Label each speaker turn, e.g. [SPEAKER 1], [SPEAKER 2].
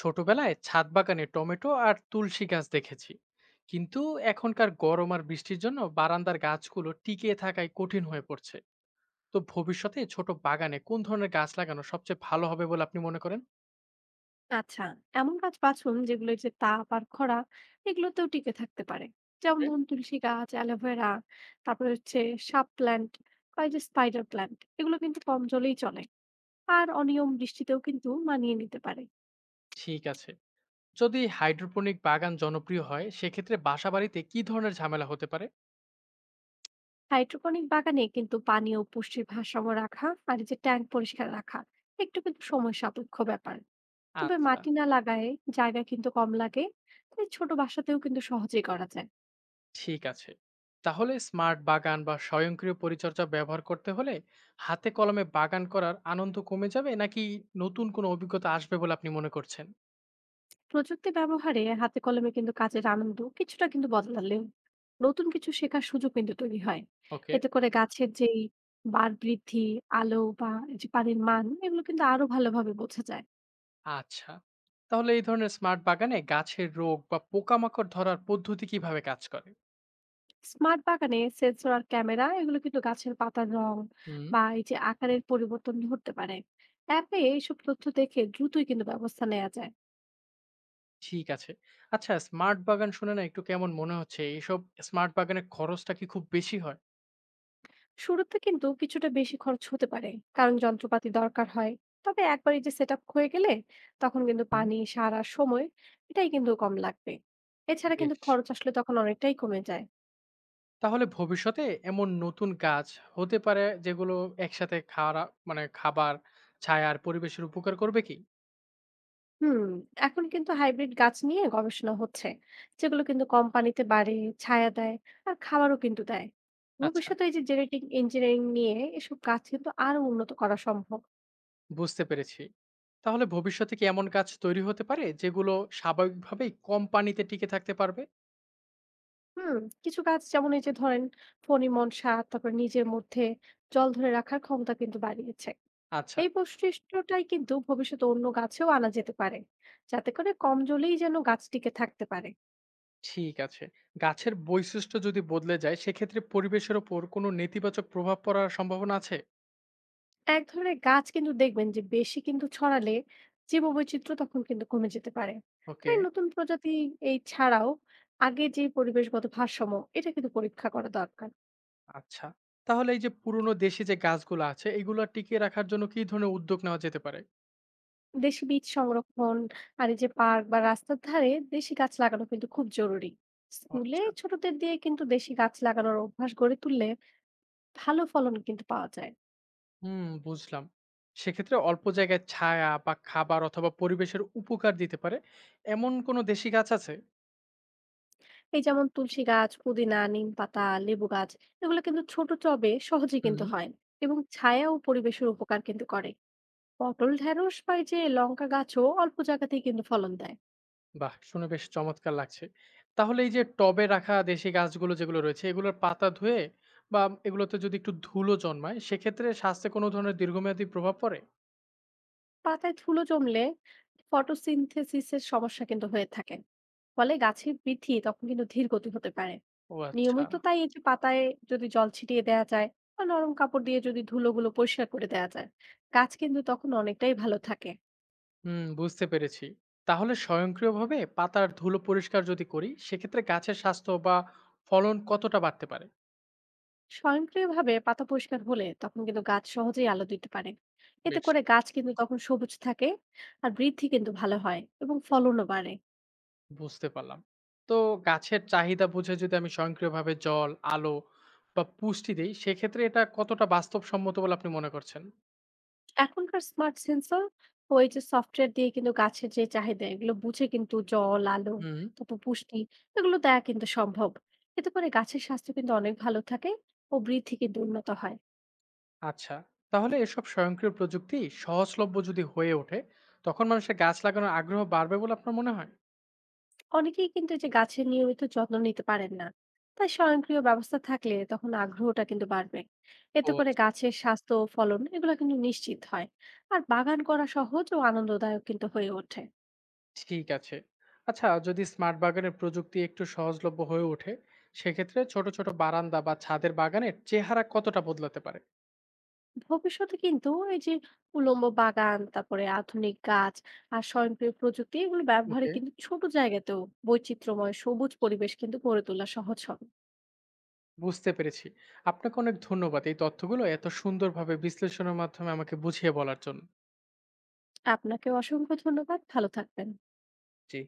[SPEAKER 1] ছোটবেলায় ছাদ বাগানে টমেটো আর তুলসী গাছ দেখেছি, কিন্তু এখনকার গরম আর বৃষ্টির জন্য বারান্দার গাছগুলো টিকিয়ে থাকায় কঠিন হয়ে পড়ছে। তো ভবিষ্যতে ছোট বাগানে কোন ধরনের গাছ লাগানো সবচেয়ে ভালো হবে বলে আপনি মনে করেন?
[SPEAKER 2] আচ্ছা, এমন গাছ বাছুন যেগুলো এই যে তাপ আর খরা এগুলোতেও টিকে থাকতে পারে। যেমন
[SPEAKER 1] হুম।
[SPEAKER 2] ধরুন তুলসী গাছ, অ্যালোভেরা, তারপরে হচ্ছে সাব প্ল্যান্ট বা এই যে স্পাইডার প্ল্যান্ট, এগুলো কিন্তু কম জলেই চলে আর অনিয়ম বৃষ্টিতেও কিন্তু মানিয়ে নিতে পারে।
[SPEAKER 1] ঠিক আছে, যদি হাইড্রোপনিক বাগান জনপ্রিয় হয় সেক্ষেত্রে বাসাবাড়িতে কি ধরনের ঝামেলা হতে পারে?
[SPEAKER 2] হাইড্রোপনিক বাগানে কিন্তু পানি ও পুষ্টির ভারসাম্য রাখা আর এই যে ট্যাঙ্ক পরিষ্কার রাখা একটু কিন্তু সময় সাপেক্ষ ব্যাপার। তবে
[SPEAKER 1] আচ্ছা।
[SPEAKER 2] মাটি না লাগায় জায়গা কিন্তু কম লাগে, তাই ছোট বাসাতেও কিন্তু সহজেই করা যায়।
[SPEAKER 1] ঠিক আছে, তাহলে স্মার্ট বাগান বা স্বয়ংক্রিয় পরিচর্যা ব্যবহার করতে হলে হাতে কলমে বাগান করার আনন্দ কমে যাবে নাকি নতুন কোনো অভিজ্ঞতা আসবে বলে আপনি মনে করছেন?
[SPEAKER 2] প্রযুক্তি ব্যবহারে হাতে কলমে কিন্তু কাজের আনন্দ কিছুটা কিন্তু বদলালেও নতুন কিছু শেখার সুযোগ কিন্তু তৈরি হয়।
[SPEAKER 1] ওকে।
[SPEAKER 2] এতে করে গাছের যেই বার বৃদ্ধি, আলো বা এই যে পানির মান এগুলো কিন্তু আরো ভালোভাবে বোঝা যায়।
[SPEAKER 1] আচ্ছা, তাহলে এই ধরনের স্মার্ট বাগানে গাছের রোগ বা পোকামাকড় ধরার পদ্ধতি কিভাবে কাজ করে?
[SPEAKER 2] স্মার্ট বাগানে সেন্সর আর ক্যামেরা এগুলো কিন্তু গাছের পাতার রং
[SPEAKER 1] হুম।
[SPEAKER 2] বা এই যে আকারের পরিবর্তন ধরতে পারে। অ্যাপে এইসব তথ্য দেখে দ্রুতই কিন্তু ব্যবস্থা নেওয়া যায়।
[SPEAKER 1] ঠিক আছে। আচ্ছা, স্মার্ট বাগান শুনে না একটু কেমন মনে হচ্ছে এইসব। স্মার্ট বাগানের খরচটা কি খুব বেশি হয়?
[SPEAKER 2] শুরুতে কিন্তু কিছুটা বেশি খরচ হতে পারে, কারণ যন্ত্রপাতি দরকার হয়। তবে একবার এই যে সেট আপ হয়ে গেলে, তখন কিন্তু
[SPEAKER 1] হুম।
[SPEAKER 2] পানি, সার আর সময় এটাই কিন্তু কম লাগবে। এছাড়া কিন্তু
[SPEAKER 1] বেশ।
[SPEAKER 2] খরচ আসলে তখন অনেকটাই কমে যায়।
[SPEAKER 1] তাহলে ভবিষ্যতে এমন নতুন গাছ হতে পারে যেগুলো একসাথে খাওয়া, মানে খাবার, ছায়া আর পরিবেশের উপকার করবে কি?
[SPEAKER 2] হুম, এখন কিন্তু হাইব্রিড গাছ নিয়ে গবেষণা হচ্ছে, যেগুলো কিন্তু কম পানিতে বাড়ে, ছায়া দেয় আর খাবারও কিন্তু দেয়।
[SPEAKER 1] আচ্ছা,
[SPEAKER 2] ভবিষ্যতে এই যে জেনেটিক ইঞ্জিনিয়ারিং নিয়ে এসব গাছ কিন্তু আরো উন্নত করা সম্ভব।
[SPEAKER 1] বুঝতে পেরেছি। তাহলে ভবিষ্যতে কি এমন গাছ তৈরি হতে পারে যেগুলো স্বাভাবিকভাবেই কম পানিতে টিকে থাকতে পারবে?
[SPEAKER 2] হুম, কিছু কাজ যেমন এই যে ধরেন ফণিমন সার তারপর নিজের মধ্যে জল ধরে রাখার ক্ষমতা কিন্তু বাড়িয়েছে।
[SPEAKER 1] আচ্ছা।
[SPEAKER 2] এই বৈশিষ্ট্যটাই কিন্তু ভবিষ্যতে অন্য গাছেও আনা যেতে পারে, যাতে করে কম জলেই যেন গাছ টিকে থাকতে পারে।
[SPEAKER 1] ঠিক আছে। গাছের বৈশিষ্ট্য যদি বদলে যায় সেক্ষেত্রে পরিবেশের ওপর কোনো নেতিবাচক প্রভাব পড়ার সম্ভাবনা আছে?
[SPEAKER 2] এক ধরনের গাছ কিন্তু দেখবেন যে বেশি কিন্তু ছড়ালে জীববৈচিত্র্য তখন কিন্তু কমে যেতে পারে।
[SPEAKER 1] ওকে।
[SPEAKER 2] তাই নতুন প্রজাতি এই ছাড়াও আগে যে পরিবেশগত ভারসাম্য এটা কিন্তু পরীক্ষা করা দরকার।
[SPEAKER 1] আচ্ছা। তাহলে এই যে পুরনো দেশি যে গাছগুলো আছে এগুলো টিকিয়ে রাখার জন্য কি ধরনের উদ্যোগ নেওয়া যেতে পারে?
[SPEAKER 2] দেশি বীজ সংরক্ষণ আর এই যে পার্ক বা রাস্তার ধারে দেশি গাছ লাগানো কিন্তু খুব জরুরি। স্কুলে
[SPEAKER 1] আচ্ছা।
[SPEAKER 2] ছোটদের দিয়ে কিন্তু দেশি গাছ লাগানোর অভ্যাস গড়ে তুললে ভালো ফলন কিন্তু পাওয়া যায়।
[SPEAKER 1] হুম, বুঝলাম। সেক্ষেত্রে অল্প জায়গায় ছায়া বা খাবার অথবা পরিবেশের উপকার দিতে পারে এমন কোনো দেশি গাছ আছে?
[SPEAKER 2] এই যেমন তুলসী গাছ, পুদিনা, নিম পাতা, লেবু গাছ, এগুলো কিন্তু ছোট টবে সহজে
[SPEAKER 1] হুম।
[SPEAKER 2] কিন্তু হয় এবং ছায়া ও পরিবেশের উপকার কিন্তু করে। পটল, ঢেঁড়স বা এই যে লঙ্কা গাছও অল্প জায়গাতেই কিন্তু ফলন দেয়।
[SPEAKER 1] বাহ! শুনে বেশ চমৎকার লাগছে। তাহলে এই যে টবে রাখা দেশি গাছগুলো যেগুলো রয়েছে এগুলোর পাতা ধুয়ে বা এগুলোতে যদি একটু ধুলো জন্মায় সেক্ষেত্রে স্বাস্থ্যে কোনো ধরনের দীর্ঘমেয়াদী প্রভাব পড়ে?
[SPEAKER 2] পাতায় ধুলো জমলে ফটোসিনথেসিসের সমস্যা কিন্তু হয়ে থাকে, ফলে গাছের বৃদ্ধি তখন কিন্তু ধীর গতি হতে পারে।
[SPEAKER 1] ও আচ্ছা।
[SPEAKER 2] নিয়মিত তাই এই যে পাতায় যদি জল ছিটিয়ে দেয়া যায় বা নরম কাপড় দিয়ে যদি ধুলোগুলো পরিষ্কার করে দেয়া যায়, গাছ কিন্তু তখন অনেকটাই ভালো থাকে।
[SPEAKER 1] হুম, বুঝতে পেরেছি। তাহলে স্বয়ংক্রিয়ভাবে পাতার ধুলো পরিষ্কার যদি করি সেক্ষেত্রে গাছের স্বাস্থ্য বা ফলন কতটা বাড়তে পারে?
[SPEAKER 2] স্বয়ংক্রিয়ভাবে পাতা পরিষ্কার হলে তখন কিন্তু গাছ সহজেই আলো দিতে পারে। এতে
[SPEAKER 1] বেশ।
[SPEAKER 2] করে গাছ কিন্তু তখন সবুজ থাকে আর বৃদ্ধি কিন্তু ভালো হয় এবং ফলনও বাড়ে।
[SPEAKER 1] বুঝতে পারলাম। তো গাছের চাহিদা বুঝে যদি আমি স্বয়ংক্রিয়ভাবে জল, আলো বা পুষ্টি দেই, সেক্ষেত্রে এটা কতটা বাস্তবসম্মত বলে আপনি মনে করছেন?
[SPEAKER 2] এখনকার স্মার্ট সেন্সর ও এই যে সফটওয়্যার দিয়ে কিন্তু গাছের যে চাহিদা এগুলো বুঝে কিন্তু জল, আলো,
[SPEAKER 1] হুম।
[SPEAKER 2] তারপর পুষ্টি এগুলো দেয়া কিন্তু সম্ভব। এতে করে গাছের স্বাস্থ্য কিন্তু অনেক ভালো থাকে ও বৃদ্ধি কিন্তু উন্নত হয়।
[SPEAKER 1] আচ্ছা, তাহলে এসব স্বয়ংক্রিয় প্রযুক্তি সহজলভ্য যদি হয়ে ওঠে, তখন মানুষের গাছ লাগানোর আগ্রহ বাড়বে বলে আপনার মনে হয়?
[SPEAKER 2] অনেকেই কিন্তু এই যে গাছের নিয়মিত যত্ন নিতে পারেন না, তাই স্বয়ংক্রিয় ব্যবস্থা থাকলে তখন আগ্রহটা কিন্তু বাড়বে। এতে
[SPEAKER 1] ও
[SPEAKER 2] করে
[SPEAKER 1] আচ্ছা।
[SPEAKER 2] গাছের স্বাস্থ্য ও ফলন এগুলো কিন্তু নিশ্চিত হয় আর বাগান করা সহজ ও আনন্দদায়ক কিন্তু হয়ে ওঠে।
[SPEAKER 1] ঠিক আছে। আচ্ছা, যদি স্মার্ট বাগানের প্রযুক্তি একটু সহজলভ্য হয়ে ওঠে, সেক্ষেত্রে ছোট, ছোট বারান্দা বা ছাদের বাগানের চেহারা কতটা বদলাতে পারে?
[SPEAKER 2] ভবিষ্যতে কিন্তু এই যে উলম্ব বাগান, তারপরে আধুনিক গাছ আর স্বয়ংক্রিয় প্রযুক্তি এগুলো ব্যবহারে
[SPEAKER 1] ওকে।
[SPEAKER 2] কিন্তু ছোট জায়গাতেও বৈচিত্র্যময় সবুজ পরিবেশ কিন্তু গড়ে তোলা সহজ হবে।
[SPEAKER 1] বুঝতে পেরেছি। আপনাকে অনেক ধন্যবাদ এই তথ্যগুলো এত সুন্দরভাবে বিশ্লেষণের মাধ্যমে আমাকে বুঝিয়ে বলার জন্য।
[SPEAKER 2] আপনাকে অসংখ্য ধন্যবাদ, ভালো থাকবেন।
[SPEAKER 1] জি।